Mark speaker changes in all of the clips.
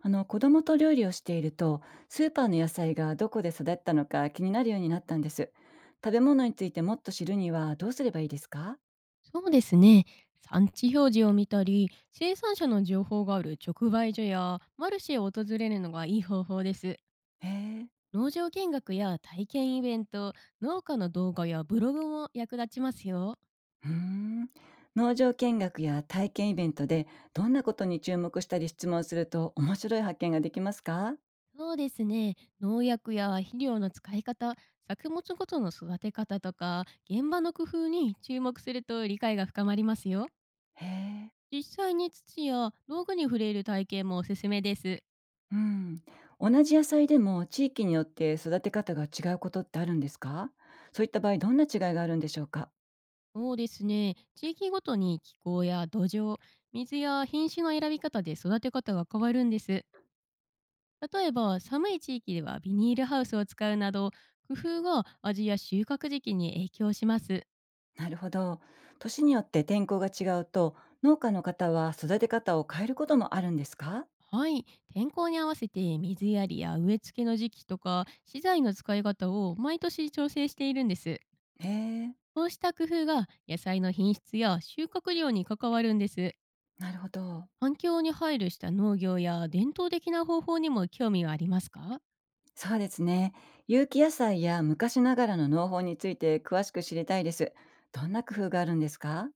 Speaker 1: 子供と料理をしていると、スーパーの野菜がどこで育ったのか気になるようになったんです。食べ物についてもっと知るにはどうすればいいですか？
Speaker 2: そうですね。産地表示を見たり、生産者の情報がある直売所やマルシェを訪れるのがいい方法です。
Speaker 1: へえ。
Speaker 2: 農場見学や体験イベント、農家の動画やブログも役立ちますよ。
Speaker 1: うーん。農場見学や体験イベントでどんなことに注目したり質問すると面白い発見ができますか？
Speaker 2: そうですね。農薬や肥料の使い方、作物ごとの育て方とか、現場の工夫に注目すると理解が深まりますよ。
Speaker 1: へえ。
Speaker 2: 実際に土や道具に触れる体験もおすすめです。
Speaker 1: うん。同じ野菜でも地域によって育て方が違うことってあるんですか？そういった場合どんな違いがあるんでしょうか？
Speaker 2: そうですね。地域ごとに気候や土壌、水や品種の選び方で育て方が変わるんです。例えば寒い地域ではビニールハウスを使うなど、工夫が味や収穫時期に影響します。
Speaker 1: なるほど。年によって天候が違うと、農家の方は育て方を変えることもあるんですか？
Speaker 2: はい、天候に合わせて水やりや植え付けの時期とか資材の使い方を毎年調整しているんです。
Speaker 1: へえ、
Speaker 2: こうした工夫が野菜の品質や収穫量に関わるんです。
Speaker 1: なるほど。
Speaker 2: 環境に配慮した農業や伝統的な方法にも興味はありますか？
Speaker 1: そうですね。有機野菜や昔ながらの農法について詳しく知りたいです。どんな工夫があるんですか？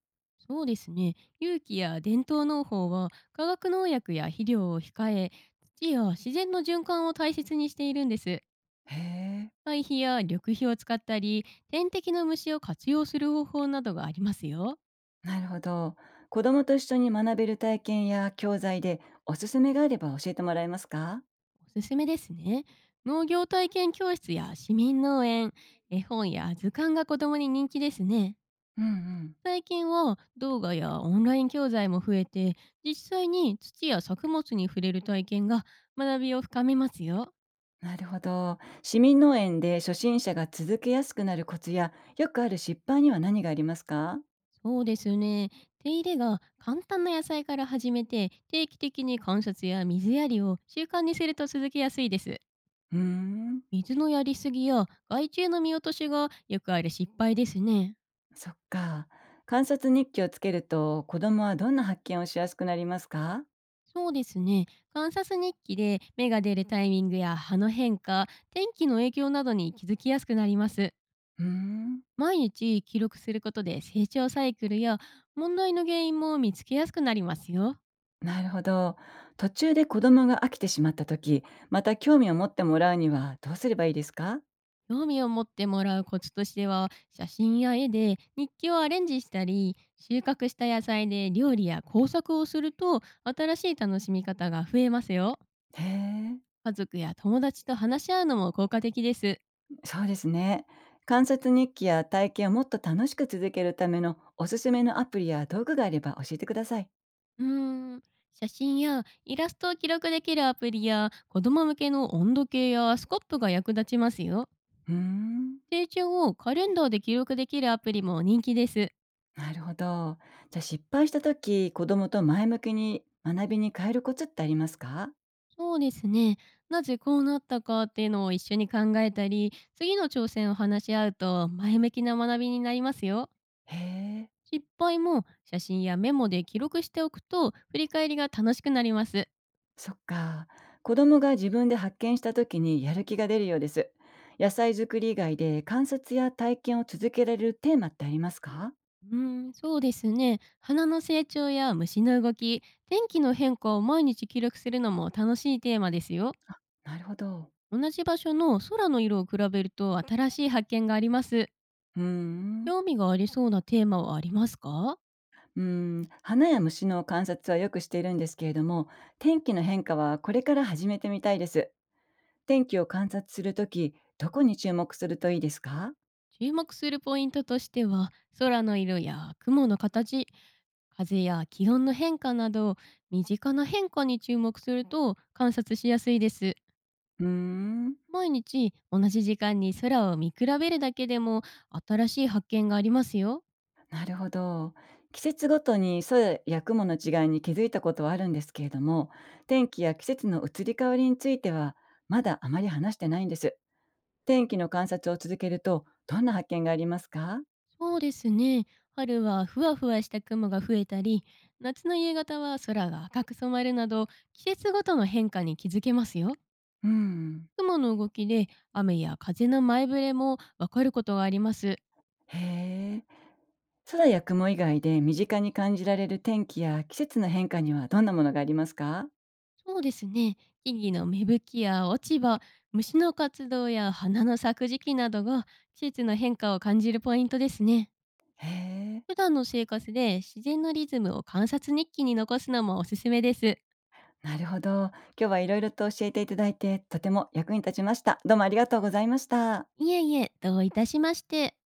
Speaker 2: そうですね。有機や伝統農法は化学農薬や肥料を控え、土や自然の循環を大切にしているんです。
Speaker 1: へえ、
Speaker 2: 堆肥や緑肥を使ったり、天敵の虫を活用する方法などがありますよ。
Speaker 1: なるほど。子供と一緒に学べる体験や教材でおすすめがあれば教えてもらえますか？
Speaker 2: おすすめですね。農業体験教室や市民農園、絵本や図鑑が子供に人気ですね。
Speaker 1: うんうん。
Speaker 2: 最近は動画やオンライン教材も増えて、実際に土や作物に触れる体験が学びを深めますよ。
Speaker 1: なるほど。市民農園で初心者が続けやすくなるコツや、よくある失敗には何がありますか？
Speaker 2: そうですね。手入れが簡単な野菜から始めて、定期的に観察や水やりを習慣にすると続けやすいです。
Speaker 1: うーん、
Speaker 2: 水のやりすぎや害虫の見落としがよくある失敗ですね。
Speaker 1: そっか。観察日記をつけると、子供はどんな発見をしやすくなりますか？
Speaker 2: そうですね。観察日記で芽が出るタイミングや葉の変化、天気の影響などに気づきやすくなります。
Speaker 1: うーん、
Speaker 2: 毎日記録することで成長サイクルや問題の原因も見つけやすくなりますよ。
Speaker 1: なるほど。途中で子供が飽きてしまった時、また興味を持ってもらうにはどうすればいいですか？
Speaker 2: 興味を持ってもらうコツとしては、写真や絵で日記をアレンジしたり、収穫した野菜で料理や工作をすると、新しい楽しみ方が増えますよ。
Speaker 1: へえ、
Speaker 2: 家族や友達と話し合うのも効果的です。
Speaker 1: そうですね。観察日記や体験をもっと楽しく続けるためのおすすめのアプリや道具があれば教えてください。
Speaker 2: うーん写真やイラストを記録できるアプリや、子供向けの温度計やスコップが役立ちますよ。
Speaker 1: うーん、
Speaker 2: 成長をカレンダーで記録できるアプリも人気です。
Speaker 1: なるほど。じゃあ失敗した時、子供と前向きに学びに変えるコツってありますか？
Speaker 2: そうですね。なぜこうなったかっていうのを一緒に考えたり、次の挑戦を話し合うと前向きな学びになりますよ。
Speaker 1: へえ。
Speaker 2: 失敗も写真やメモで記録しておくと振り返りが楽しくなります。
Speaker 1: そっか。子供が自分で発見した時にやる気が出るようです。野菜作り以外で観察や体験を続けられるテーマってありますか？
Speaker 2: うーん、そうですね。花の成長や虫の動き、天気の変化を毎日記録するのも楽しいテーマですよ。
Speaker 1: なるほど。
Speaker 2: 同じ場所の空の色を比べると新しい発見があります。
Speaker 1: うーん。
Speaker 2: 興味がありそうなテーマはありますか？
Speaker 1: うーん、花や虫の観察はよくしているんですけれども、天気の変化はこれから始めてみたいです。天気を観察するときどこに注目するといいですか？
Speaker 2: 注目するポイントとしては、空の色や雲の形、風や気温の変化など、身近な変化に注目すると観察しやすいです。
Speaker 1: うーん。
Speaker 2: 毎日同じ時間に空を見比べるだけでも新しい発見がありますよ。
Speaker 1: なるほど。季節ごとにソや雲の違いに気づいたことはあるんですけれども、天気や季節の移り変わりについては、まだあまり話してないんです。天気の観察を続けると、どんな発見がありますか？
Speaker 2: そうですね。春はふわふわした雲が増えたり、夏の夕方は空が赤く染まるなど、季節ごとの変化に気づけますよ。
Speaker 1: うん。
Speaker 2: 雲の動きで雨や風の前触れもわかることがあります。
Speaker 1: へえ。空や雲以外で身近に感じられる天気や季節の変化にはどんなものがありますか？
Speaker 2: そうですね。木々の芽吹きや落ち葉、虫の活動や花の咲く時期などが季節の変化を感じるポイントですね。
Speaker 1: へえ。
Speaker 2: 普段の生活で自然のリズムを観察日記に残すのもおすすめです。
Speaker 1: なるほど。今日はいろいろと教えていただいて、とても役に立ちました。どうもありがとうございました。
Speaker 2: いえいえ、どういたしまして。